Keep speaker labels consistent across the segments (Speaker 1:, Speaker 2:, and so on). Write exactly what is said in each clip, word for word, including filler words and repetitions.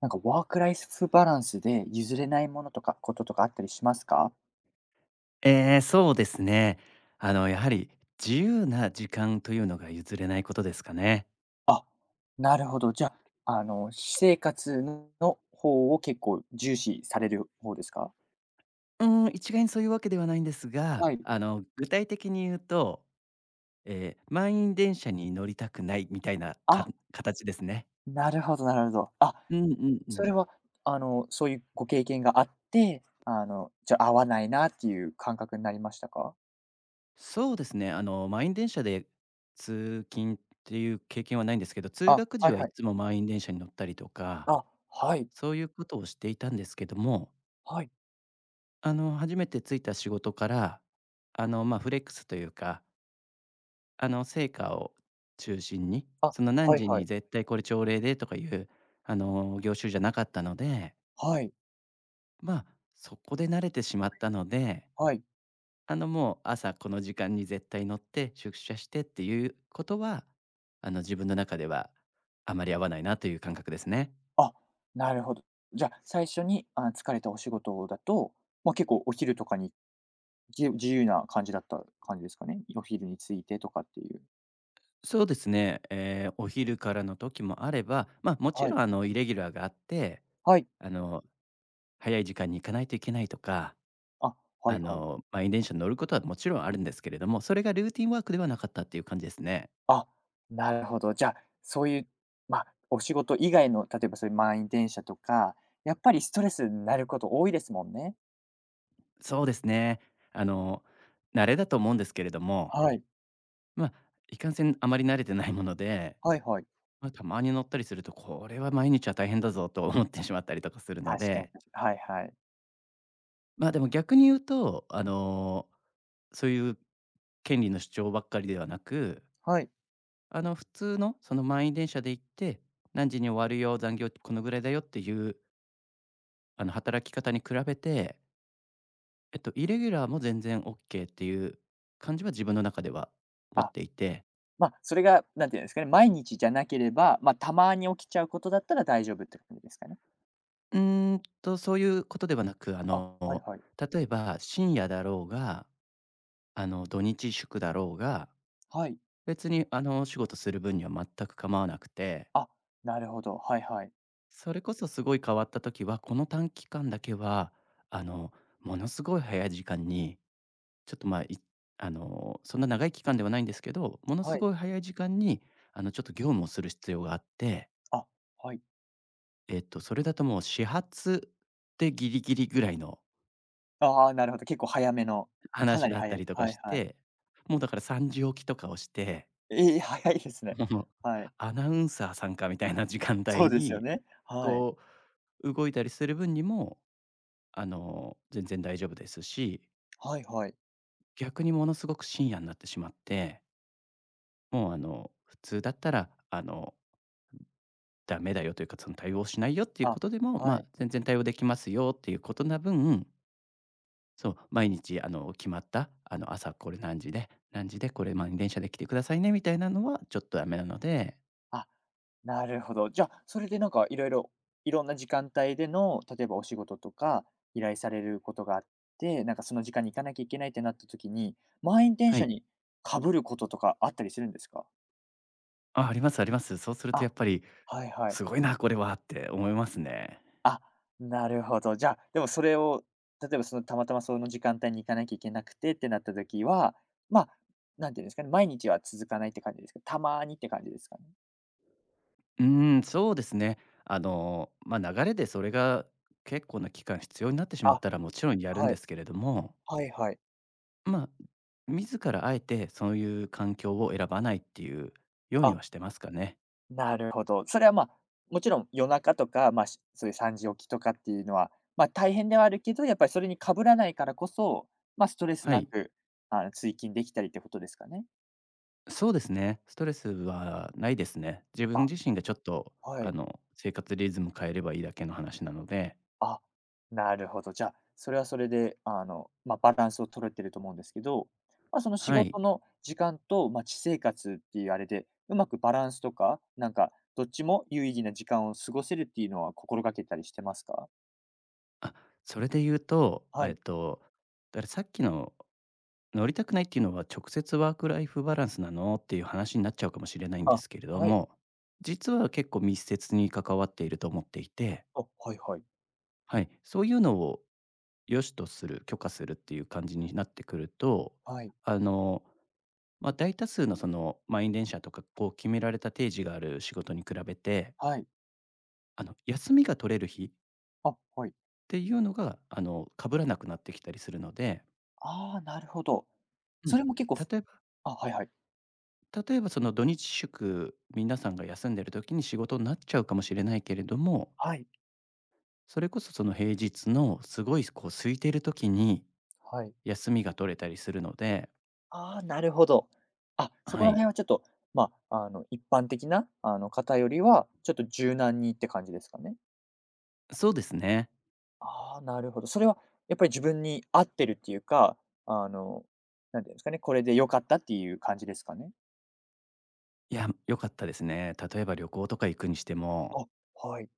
Speaker 1: なんかワークライフバランスで譲れないものとかこととかあったりしますか？
Speaker 2: ええ、そうですね。あの、やはり自由な時間というのが譲れないことですかね。
Speaker 1: あ、なるほど。じゃあ、あの、私生活の方を結構重視される方ですか？
Speaker 2: うーん、一概にそういうわけではないんですが、
Speaker 1: はい。
Speaker 2: あの、具体的に言うと、えー満員電車に乗りたくないみたいなか
Speaker 1: あ、
Speaker 2: 形ですね。
Speaker 1: なるほどなるほど。あ、
Speaker 2: うんうんう
Speaker 1: そ
Speaker 2: ん。
Speaker 1: れは、あの、そういうご経験があって、あの、じゃ、合わないなっていう感覚になりましたか？
Speaker 2: そうですね、あの、満員電車で通勤っていう経験はないんですけど、通
Speaker 1: あ、
Speaker 2: 学時
Speaker 1: はい
Speaker 2: はい
Speaker 1: はい。
Speaker 2: つも満員電車に乗ったりとか、
Speaker 1: あ、はい、
Speaker 2: そういうことをしていたんですけども、
Speaker 1: はい。
Speaker 2: あの、初めて着いた仕事から、あの、まあ、フレックスというかあの、成果を中心に、
Speaker 1: あ、
Speaker 2: その何
Speaker 1: はい
Speaker 2: 時
Speaker 1: は
Speaker 2: に
Speaker 1: い。
Speaker 2: 絶対これ朝礼でとかいう、あの、業種じゃなかったので、
Speaker 1: はい、
Speaker 2: まあ、そこで慣れてしまったので、
Speaker 1: はい。
Speaker 2: あの、もう朝この時間に絶対乗って出社してっていうことは、あの、自分の中ではあまり合わないなという感覚ですね。
Speaker 1: あ、なるほど。じゃ、あ最初に、あ、疲れたお仕事だと、まあ、結構お昼とかに、じ自由な感じだった感じですかね？お昼についてとかっていう。
Speaker 2: そうですね、えーお昼からの時もあれば、まあ、もち
Speaker 1: は
Speaker 2: ろ
Speaker 1: い。
Speaker 2: んあのイレギュラーがあって
Speaker 1: はい。
Speaker 2: あの早い時間に行かないといけないとか
Speaker 1: あ、は
Speaker 2: あ
Speaker 1: いはい。
Speaker 2: の、満員電車に乗ることはもちろんあるんですけれども、それがルーティンワークではなかったっていう感じですね。
Speaker 1: あ、なるほど。じゃ、あそういう、まあ、お仕事以外の、例えばそういう満員電車とか、やっぱりストレスになること多いですもんね。
Speaker 2: そうですね。あの、慣れだと思うんですけれども、
Speaker 1: はい。
Speaker 2: まあ、いかんせんあまり慣れてないもので、
Speaker 1: はいはい。
Speaker 2: まあ、たまに乗ったりすると、これは毎日は大変だぞと思ってしまったりとかするの
Speaker 1: 確かに、
Speaker 2: で、
Speaker 1: はいはい。
Speaker 2: まあ、でも逆に言うと、あの、そういう権利の主張ばっかりではなく、
Speaker 1: はい。
Speaker 2: あの、普通のその満員電車で行って、何時に終わるよ、残業このぐらいだよっていう、あの、働き方に比べてえっと、イレギュラーも全然オッケーっていう感じは自分の中では持っ
Speaker 1: あ、
Speaker 2: ていて、
Speaker 1: まあ、それが、なんていうんですかね、毎日じゃなければ、まあ、たまに起きちゃうことだったら大丈夫って感じですかね？
Speaker 2: うーんと、そういうことではなく、あ
Speaker 1: あ、はい
Speaker 2: の、
Speaker 1: はい。
Speaker 2: 例えば深夜だろうが、あの、土日祝だろうが、
Speaker 1: はい。
Speaker 2: 別にあの、お仕事する分には全く構わなくて、
Speaker 1: あ、なるほど。はいはい。
Speaker 2: それこそすごい変わった時は、この短期間だけは、あの、ものすごい早い時間に、ちょっとまあ、いあの、そんな長い期間ではないんですけど、ものす
Speaker 1: はい。
Speaker 2: ごい早い時間に、あの、ちょっと業務をする必要があって、
Speaker 1: あ、はい。
Speaker 2: えっと、それだともう始発でギリギリぐらいの
Speaker 1: ああ、なるほど。結構早めの、か
Speaker 2: 話
Speaker 1: なり
Speaker 2: だった
Speaker 1: 早
Speaker 2: り
Speaker 1: い。
Speaker 2: とか
Speaker 1: は
Speaker 2: し
Speaker 1: いはい。
Speaker 2: て、もうだからさんじ起きとかをして、
Speaker 1: ええ、早いですね。
Speaker 2: もう
Speaker 1: はい。
Speaker 2: アナウンサーさんかみたいな時間
Speaker 1: そ
Speaker 2: 帯
Speaker 1: うですよ
Speaker 2: に、
Speaker 1: ね。はい。
Speaker 2: こう動いたりする分にも、あの、全然大丈夫ですし、
Speaker 1: はいはい。
Speaker 2: 逆にものすごく深夜になってしまって、もうあの、普通だったら、あの、ダメだよというか、その対応しないよっていうこ
Speaker 1: あ、
Speaker 2: とでも、ま
Speaker 1: は
Speaker 2: あ、
Speaker 1: い。
Speaker 2: 全然対応できますよっていうことな分そう、毎日あの、決まった、あの、朝これ何時で、何時でこれ満員電車で来てくださいねみたいなのはちょっとダメなので、
Speaker 1: あ、なるほど。じゃあ、それでなんかいろいろ、いろんな時間帯での、例えばお仕事とか依頼されることがあって、なんかその時間に行かなきゃいけないってなった時に、満員電
Speaker 2: は
Speaker 1: 車
Speaker 2: い。
Speaker 1: にかぶることとかあったりするんですか？
Speaker 2: あ、ありますあります。そうすると
Speaker 1: あ、
Speaker 2: やっぱり
Speaker 1: はいはい。
Speaker 2: すごいな、これはって思いますね。
Speaker 1: あ、なるほど。じゃあ、でもそれを、例えばそのたまたまその時間帯に行かなきゃいけなくてってなった時は、まあ、何て言うんですかね、毎日は続かないって感じですか？たまにって感じですかね？
Speaker 2: うーん、そうですね。あの、まあ、流れでそれが結構な期間必要になってしまっ
Speaker 1: あ、
Speaker 2: たらもちろんやるん
Speaker 1: は
Speaker 2: で
Speaker 1: い。
Speaker 2: すけれども、
Speaker 1: はいはい。
Speaker 2: まあ、自らあえてそういう環境を選ばないっていうように
Speaker 1: あ、
Speaker 2: はしてますかね。
Speaker 1: なるほど。それは、まあ、もちろん夜中とか、まあ、しそういうさんじ起きとかっていうのは、ま、大変ではあるけど、やっぱりそれにかぶらないからこそ、ま、ストレス
Speaker 2: は
Speaker 1: な
Speaker 2: い。
Speaker 1: く、あの、追勤できたりってことですかね？
Speaker 2: そうですね。ストレスはないですね。自分
Speaker 1: あ、
Speaker 2: 自身がちょっと、
Speaker 1: は
Speaker 2: あ
Speaker 1: い。
Speaker 2: の、生活リズム変えればいいだけの話なので、
Speaker 1: あ、なるほど。じゃあ、それはそれで、あの、まあ、バランスを取れてると思うんですけど、まあ、その仕
Speaker 2: はい。
Speaker 1: 事の時間と、まあ、私生活っていうあれで、うまくバランスとか、なんかどっちも有意義な時間を過ごせるっていうのは心がけたりしてますか？
Speaker 2: あ、それで言うと、
Speaker 1: は
Speaker 2: えっ
Speaker 1: い。
Speaker 2: と、だからさっきの乗りたくないっていうのは直接ワークライフバランスなのっていう話になっちゃうかもしれないんで
Speaker 1: あ、
Speaker 2: すけれど
Speaker 1: はい。
Speaker 2: も、実は結構密接に関わっていると思っていて、
Speaker 1: あ、はいはい。
Speaker 2: はい、そういうのを良しとする、許可するっていう感じになってくると、
Speaker 1: はい。
Speaker 2: あの、まあ、大多数のその満員電車とか、こう決められた定時がある仕事に比べて、
Speaker 1: はい。
Speaker 2: あの、休みが取れる日っ
Speaker 1: あ、はい。
Speaker 2: ていうのが、あの、被らなくなってきたりするので、
Speaker 1: ああ、なるほど。
Speaker 2: うん、
Speaker 1: それも結構ふ
Speaker 2: 例えば
Speaker 1: あ、はいはい。
Speaker 2: 例えばその土日祝、皆さんが休んでる時に仕事になっちゃうかもしれないけれども、
Speaker 1: はい。
Speaker 2: それこそその平日のすごいこう空いている時に
Speaker 1: はい。
Speaker 2: 休みが取れたりするので
Speaker 1: ああ、なるほど。あ、そこ
Speaker 2: は
Speaker 1: ら
Speaker 2: い、
Speaker 1: 辺はちょっと、ま、ああの、一般的な、あの、方よりは、ちょっと柔軟にって感じですかね？
Speaker 2: そうですね。
Speaker 1: ああ、なるほど。それはやっぱり自分に合ってるっていうか、あの、なんていうんですかね、これで良かったっていう感じですかね？
Speaker 2: いや、良かったですね。例えば旅行とか行くにしても、
Speaker 1: あ、はい。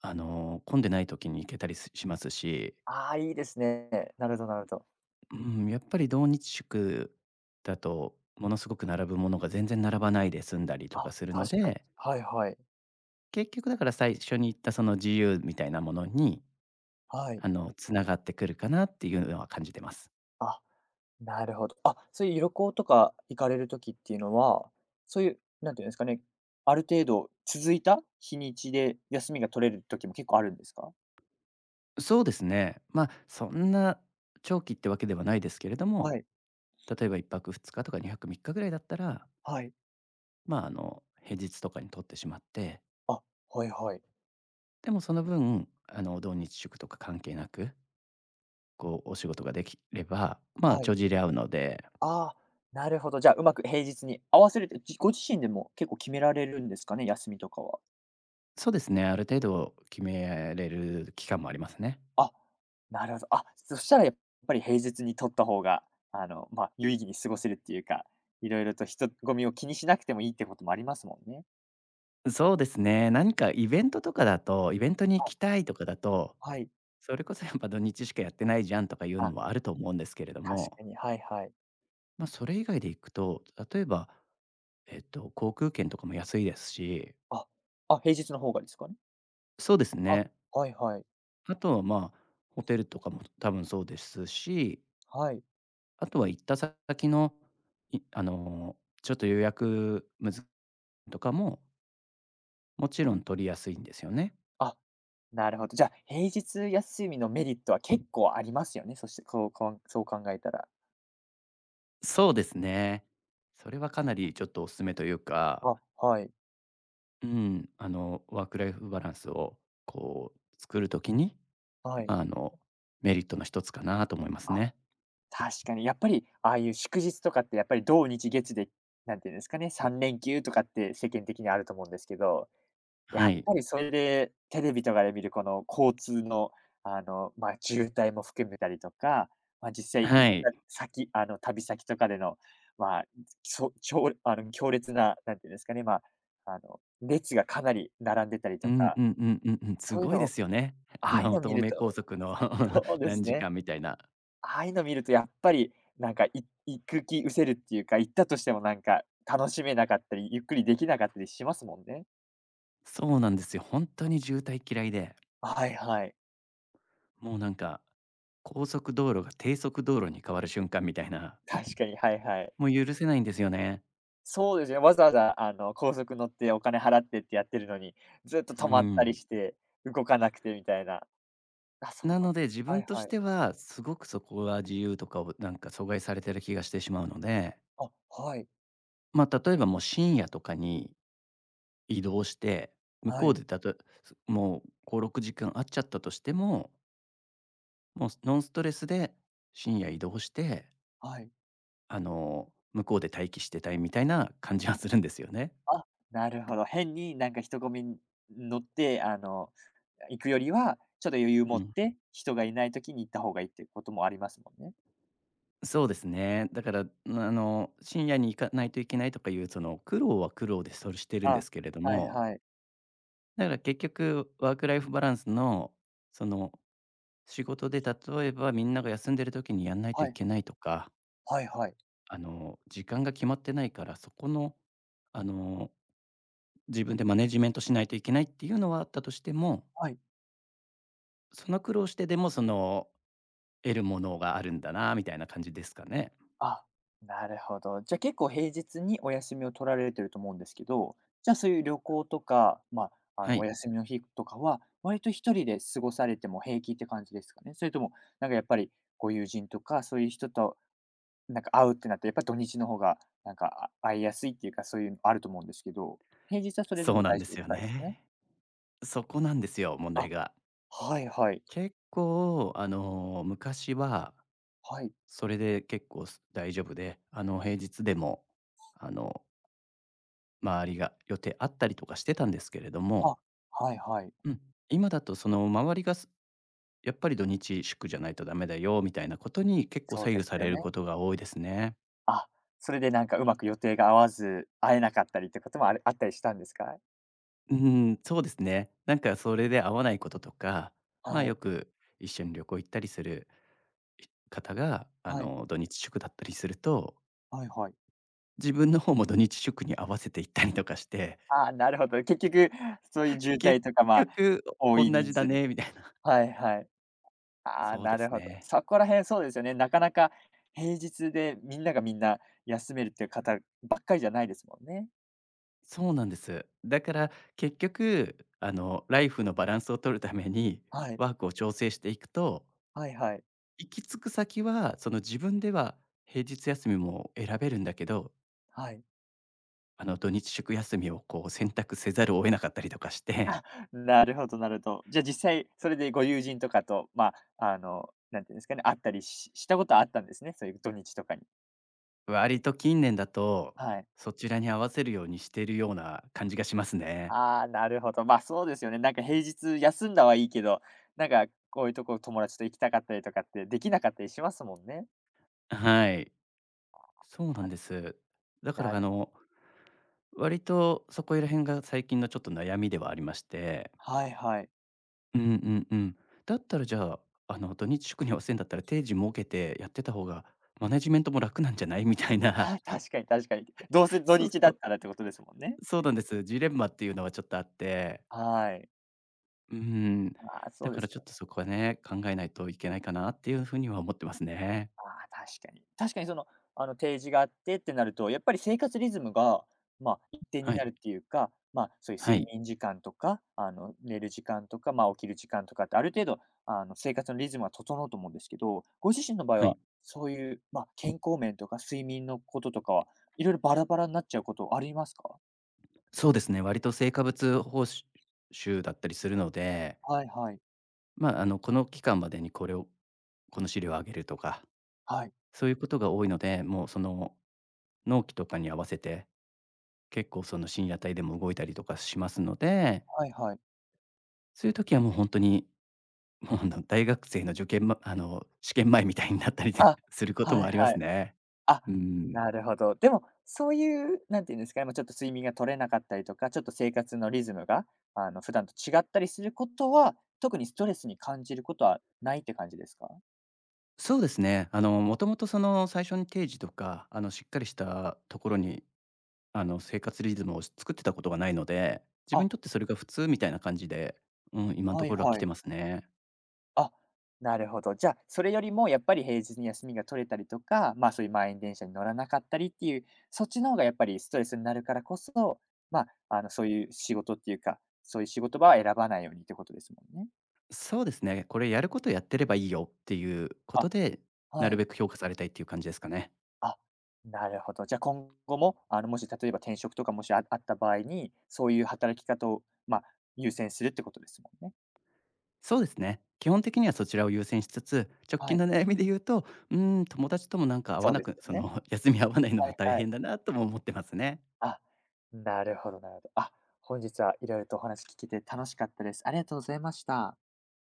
Speaker 2: あの、混んでない時に行けたりすしますし、
Speaker 1: ああ、いいですね。なるほどなるほど。
Speaker 2: うん、やっぱり同日宿だと、ものすごく並ぶものが全然並ばないで済んだりと
Speaker 1: あ、
Speaker 2: かするの
Speaker 1: 確かに。
Speaker 2: で、
Speaker 1: はいはい。
Speaker 2: 結局だから最初に言ったその自由みたいなものに、
Speaker 1: はい。
Speaker 2: あの、つながってくるかなっていうのは感じてます。
Speaker 1: あ、なるほど。あ、そういう旅行とか行かれる時っていうのは、そういう、なんていうんですかね、ある程度続いた日にちで休みが取れる時も結構あるんですか？
Speaker 2: そうですね。ま、そんな長期ってわけではないですけれども、
Speaker 1: はい、
Speaker 2: 例えばいっぱくふつかとかにはくみっかぐらいだったら、
Speaker 1: はい。
Speaker 2: ま、ああの、平日とかに取ってしまって
Speaker 1: あ、はいはい。
Speaker 2: でもその分、あの、同日祝とか関係なく、こうお仕事ができれば、まあ、
Speaker 1: はい。
Speaker 2: 帳尻合うので、
Speaker 1: ああ、なるほど。じゃあ、うまく平日に合わせるって、じご自身でも結構決められるんですかね？休みとかは。
Speaker 2: そうですね、ある程度決めれる期間もありますね。
Speaker 1: あ、なるほど。あ、そしたらやっぱり平日に取った方が、あの、ま、あ、有意義に過ごせるっていうか、いろいろと人混みを気にしなくてもいいってこともありますもんね。
Speaker 2: そうですね、何かイベントとかだと、イベントに行
Speaker 1: あ、
Speaker 2: きたいとかだと、
Speaker 1: はい。
Speaker 2: それこそやっぱ土日しかやってないじゃんとかいうの
Speaker 1: あ、
Speaker 2: もあると思うんですけれど
Speaker 1: 確
Speaker 2: も、
Speaker 1: かに、はいはい。
Speaker 2: まあ、それ以外で行くと、例えば、えっと、航空券とかも安いですし、
Speaker 1: あ、あ、平日の方がですかね？
Speaker 2: そうです
Speaker 1: あ、
Speaker 2: ね。
Speaker 1: はいはい。
Speaker 2: あとはまあ、ホテルとかも多分そうですし、
Speaker 1: はい。
Speaker 2: あとは行った先の、いあの、ちょっと予約むずとかも、もちろん取りやすいんですよね。
Speaker 1: あ、なるほど。じゃあ、平日休みのメリットは結構ありますよね、そしてこうこうそう考えたら。
Speaker 2: そうですね。それはかなりちょっとおすすめというか、
Speaker 1: あ、はい。
Speaker 2: うん、あの、ワークライフバランスをこう作るときに、
Speaker 1: はい。
Speaker 2: まあ、あの、メリットの一つかなと思います
Speaker 1: あ、
Speaker 2: ね。
Speaker 1: 確かにやっぱり、ああいう祝日とかってやっぱり土日月で、なんていうんですかね、三連休とかって世間的にあると思うんですけど、や
Speaker 2: は
Speaker 1: っ
Speaker 2: い。
Speaker 1: ぱりそれで、テレビとかで見るこの交通の、あの、まあ、渋滞も含めたりとか、まあ、実際
Speaker 2: は
Speaker 1: 行っ
Speaker 2: い。
Speaker 1: た先、あの、旅先とかでの、まあ、そ超あの、強烈な、なんていうんですかね、まあ、あの、列がかなり並んでたり
Speaker 2: う
Speaker 1: と
Speaker 2: ん
Speaker 1: か、
Speaker 2: うんうんうんうん。す
Speaker 1: そういう
Speaker 2: ごい
Speaker 1: の
Speaker 2: で
Speaker 1: を、
Speaker 2: すよね。あ
Speaker 1: ああいう
Speaker 2: の、
Speaker 1: の見
Speaker 2: 東
Speaker 1: る
Speaker 2: 名
Speaker 1: と、
Speaker 2: 高速の
Speaker 1: そう で
Speaker 2: 何
Speaker 1: す
Speaker 2: 時
Speaker 1: ね。
Speaker 2: 間みたいな。
Speaker 1: ああいうの見るとやっぱり、なんか、い行く気失せるっていうか、行ったとしてもなんか、楽しめなかったり、ゆっくりできなかったりしますもんね。
Speaker 2: そうなんですよ。本当に渋滞嫌いで、
Speaker 1: はいはい。
Speaker 2: もうなんか高速道路が低速道路に変わる瞬間みたいな、
Speaker 1: 確かに、はいはい。
Speaker 2: もう許せないんですよね。
Speaker 1: そうですね、わざわざ、あの、高速乗ってお金払ってってやってるのに、ずっと
Speaker 2: う
Speaker 1: 止まった
Speaker 2: ん。
Speaker 1: りして、動かなくてみたいな。あ、そう。
Speaker 2: なので、自
Speaker 1: は
Speaker 2: 分
Speaker 1: い
Speaker 2: と
Speaker 1: は
Speaker 2: し
Speaker 1: い。
Speaker 2: てはすごくそこは自由とかをなんか阻害されてる気がしてしまうので、
Speaker 1: あ、はい、
Speaker 2: まあ、例えばもう深夜とかに移動して、向
Speaker 1: は
Speaker 2: こう
Speaker 1: い、
Speaker 2: でたともうご、ろくじかん会っちゃったとしても、もうノンストレスで深夜移動して、
Speaker 1: はい。
Speaker 2: あの、向こうで待機してたいみたいな感じはするんですよね。
Speaker 1: あ、なるほど。変になんか人混みに乗って、あの、行くよりは、ちょっと余裕
Speaker 2: う
Speaker 1: 持っ
Speaker 2: ん。
Speaker 1: て、人がいない時に行った方がいいっていうこともありますもんね。
Speaker 2: そうですね。だから、まああの、深夜に行かないといけないとかいうその苦労は苦労でそれしてるんで
Speaker 1: あ、
Speaker 2: すけれど
Speaker 1: はい
Speaker 2: も、
Speaker 1: はい。
Speaker 2: だから結局ワークライフバランスのその仕事で例えばみんなが休んでる時にやんないと
Speaker 1: は
Speaker 2: い
Speaker 1: い、
Speaker 2: けないとか、
Speaker 1: はいはい。
Speaker 2: あの、時間が決まってないからそこの、あの、自分でマネジメントしないといけないっていうのはあったとしても、
Speaker 1: はい。
Speaker 2: その苦労してでもその得るものがあるんだなみたいな感じですかね。
Speaker 1: あ、なるほど。じゃ、あ結構平日にお休みを取られてると思うんですけど、じゃあ、そういう旅行とか、まあ、あ
Speaker 2: は
Speaker 1: の、お
Speaker 2: い、
Speaker 1: 休みの日とかは、割と一人で過ごされても平気って感じですかね？それとも、なんかやっぱりご友人とか、そういう人となんか会うってなって、やっぱ土日の方がなんか、あ会いやすいっていうか、そういうのあると思うんですけど、平日はそれで
Speaker 2: そう
Speaker 1: も
Speaker 2: なん
Speaker 1: 大
Speaker 2: で
Speaker 1: 丈夫
Speaker 2: す
Speaker 1: って
Speaker 2: よ
Speaker 1: 感じですかね？
Speaker 2: ね。そこなんですよ、問題
Speaker 1: あ、
Speaker 2: が。
Speaker 1: はいはい。
Speaker 2: 結構、あの、昔は
Speaker 1: はい。
Speaker 2: それで結構す大丈夫で、あの、平日でも、あの、周りが予定あったりとかしてたんですけれども、
Speaker 1: あ、はいはい。
Speaker 2: うん、今だとその周りがすやっぱり土日祝じゃないとダメだよみたいなことに結構
Speaker 1: そう
Speaker 2: 左
Speaker 1: で
Speaker 2: 右
Speaker 1: す
Speaker 2: さ
Speaker 1: よ
Speaker 2: れる
Speaker 1: ね。
Speaker 2: ことが多いですね。
Speaker 1: あ、それでなんかうまく予定が合わず、会えなかったりってこともあるあったりしたんですか？
Speaker 2: うん、そうですね。なんかそれで合わないこととか、まあ、
Speaker 1: は
Speaker 2: よ
Speaker 1: い。
Speaker 2: く一緒に旅行行ったりするい方が、あ
Speaker 1: はい。
Speaker 2: の、土日祝だったりすると
Speaker 1: はいはい。
Speaker 2: 自分の方も土日祝に合わせて行ったりとかして、
Speaker 1: ああ、なるほど。結局そういう渋
Speaker 2: 結
Speaker 1: 滞とか、まあ、
Speaker 2: 局
Speaker 1: 多
Speaker 2: お
Speaker 1: い
Speaker 2: 同じ
Speaker 1: 人
Speaker 2: だ
Speaker 1: 数で、
Speaker 2: ねみたいな。
Speaker 1: はいはい。ああ、
Speaker 2: そう
Speaker 1: な
Speaker 2: で
Speaker 1: る
Speaker 2: す
Speaker 1: ほど。
Speaker 2: ね。
Speaker 1: そこら辺そうですよね。なかなか平日でみんながみんな休めるっていう方ばっかりじゃないですもんね。
Speaker 2: そうなんです。だから結局、あの、ライフのバランスを取るために
Speaker 1: はい。
Speaker 2: ワークを調整していくと、
Speaker 1: はいはい。
Speaker 2: 行き着く先は、その自分では平日休みも選べるんだけど、
Speaker 1: はい。
Speaker 2: あの、土日祝休みをこう選択せざるを得なかったりとかして、
Speaker 1: なるほどなるほど。じゃあ実際それでご友人とかと、まあ、あの、なんていうんですかね、会ったりししたことはあったんですね、そういう土日とかに。
Speaker 2: 割と近年だと、
Speaker 1: はい。
Speaker 2: そちらに合わせるようにしているような感じがしますね。
Speaker 1: ああ、なるほど。ま、あそうですよね。なんか平日休んだはいいけど、なんかこういうとこ友達と行きたかったりとかってできなかったりしますもんね。
Speaker 2: はい。そうなん
Speaker 1: あ、
Speaker 2: です。だから、
Speaker 1: な
Speaker 2: あ
Speaker 1: るほど、
Speaker 2: の、割とそこら辺が最近のちょっと悩みではありまして。
Speaker 1: はいはい。
Speaker 2: うんうんうん。だったらじゃあ、あの、土日祝に合わせんだったら定時設けてやってた方が、マネジメントも楽なんじゃない？みたいな。
Speaker 1: あ、確かに確かに。どうせ 土
Speaker 2: そう
Speaker 1: 日だ
Speaker 2: そ
Speaker 1: っ
Speaker 2: う。
Speaker 1: たらってことですもんね。
Speaker 2: そうなんです。ジレンマっていうのはちょっとあって。
Speaker 1: はい。
Speaker 2: うん。
Speaker 1: ああ、
Speaker 2: だ
Speaker 1: そう
Speaker 2: か
Speaker 1: で
Speaker 2: ら
Speaker 1: す
Speaker 2: ち
Speaker 1: よ、
Speaker 2: ょっとそこはね、考えないといけないかなっていう風には思ってますね。
Speaker 1: ああ、確かに。確かにその、あの、提示があってってなると、やっぱり生活リズムが、まあ、一定に
Speaker 2: は
Speaker 1: な
Speaker 2: い。
Speaker 1: るっていうか、まあ、そういう
Speaker 2: は
Speaker 1: 睡
Speaker 2: い。
Speaker 1: 眠時間とか、あの、寝る時間とか、まあ、起きる時間とかって、ある程度、あの、生活のリズムは整うと思うんですけど、ご自身の場合
Speaker 2: は
Speaker 1: は、
Speaker 2: い。
Speaker 1: そういう、まあ、健康面とか睡眠のこととかは、いろいろバラバラになっちゃうことありますか？
Speaker 2: そうですね、割と成果物報酬だったりするので、
Speaker 1: はいはい。
Speaker 2: まあ、あの、この期間までにこれを、この資料をあげるとか、
Speaker 1: はい。
Speaker 2: そういうことが多いので、もうその納期とかに合わせて、結構その深夜帯でも動いたりとかしますので、
Speaker 1: はいはい。
Speaker 2: そういう時はもう本当に、もうあの、大学生の受験まあの、試験前みたいになったり
Speaker 1: あ、
Speaker 2: することも
Speaker 1: はい
Speaker 2: ありま
Speaker 1: は
Speaker 2: す
Speaker 1: い。
Speaker 2: ね。
Speaker 1: あ、
Speaker 2: うん。
Speaker 1: なるほど。でも、そういう、なんていうんですかね、ま、ちょっと睡眠が取れなかったりとか、ちょっと生活のリズムが、あの、普段と違ったりすることは、特にストレスに感じることはないって感じですか？
Speaker 2: そうですね。あの、もともとその最初に定時とか、あの、しっかりしたところにあの、生活リズムを作ってたことがないので、自分
Speaker 1: あ、
Speaker 2: にとってそれが普通みたいな感じで、うん、今のと
Speaker 1: はい
Speaker 2: ころは来
Speaker 1: は
Speaker 2: て
Speaker 1: い。
Speaker 2: ますね。
Speaker 1: あ、なるほど。じゃあ、それよりもやっぱり平日に休みが取れたりとか、ま、そういう満員電車に乗らなかったりっていう、そっちの方がやっぱりストレスになるからこそ、まあ、あの、そういう仕事っていうか、そういう仕事場は選ばないようにってことですもんね。
Speaker 2: そうですね、これやることやってればいいよっていうこと
Speaker 1: あ、
Speaker 2: で、な
Speaker 1: は
Speaker 2: るべ
Speaker 1: い。
Speaker 2: く評価されたいっていう感じですかね。
Speaker 1: あ、なるほど。じゃ、あ今後も、あの、もし例えば転職とかもしああった場合に、そういう働き方を、まあ、優先するってことですもんね。
Speaker 2: そうですね。基本的にはそちらを優先しつつ、直
Speaker 1: は
Speaker 2: 近
Speaker 1: い、
Speaker 2: の悩みで言うと、うーん、友達ともなんか合わ
Speaker 1: そう
Speaker 2: な
Speaker 1: です
Speaker 2: く、
Speaker 1: よ
Speaker 2: そ
Speaker 1: ね。
Speaker 2: の 休み合わないの
Speaker 1: は
Speaker 2: は
Speaker 1: い
Speaker 2: 大
Speaker 1: はい。
Speaker 2: 変だなとも思ってますね。
Speaker 1: あ、なるほどなるほど。あ、本日は色々とお話聞けて楽しかったです。ありがとうございました。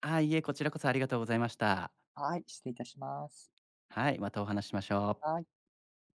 Speaker 2: あ、いいえ、こちらこそありがとうございました。
Speaker 1: はい、失礼いたします。
Speaker 2: はい、またお話ししましょう。
Speaker 1: はい。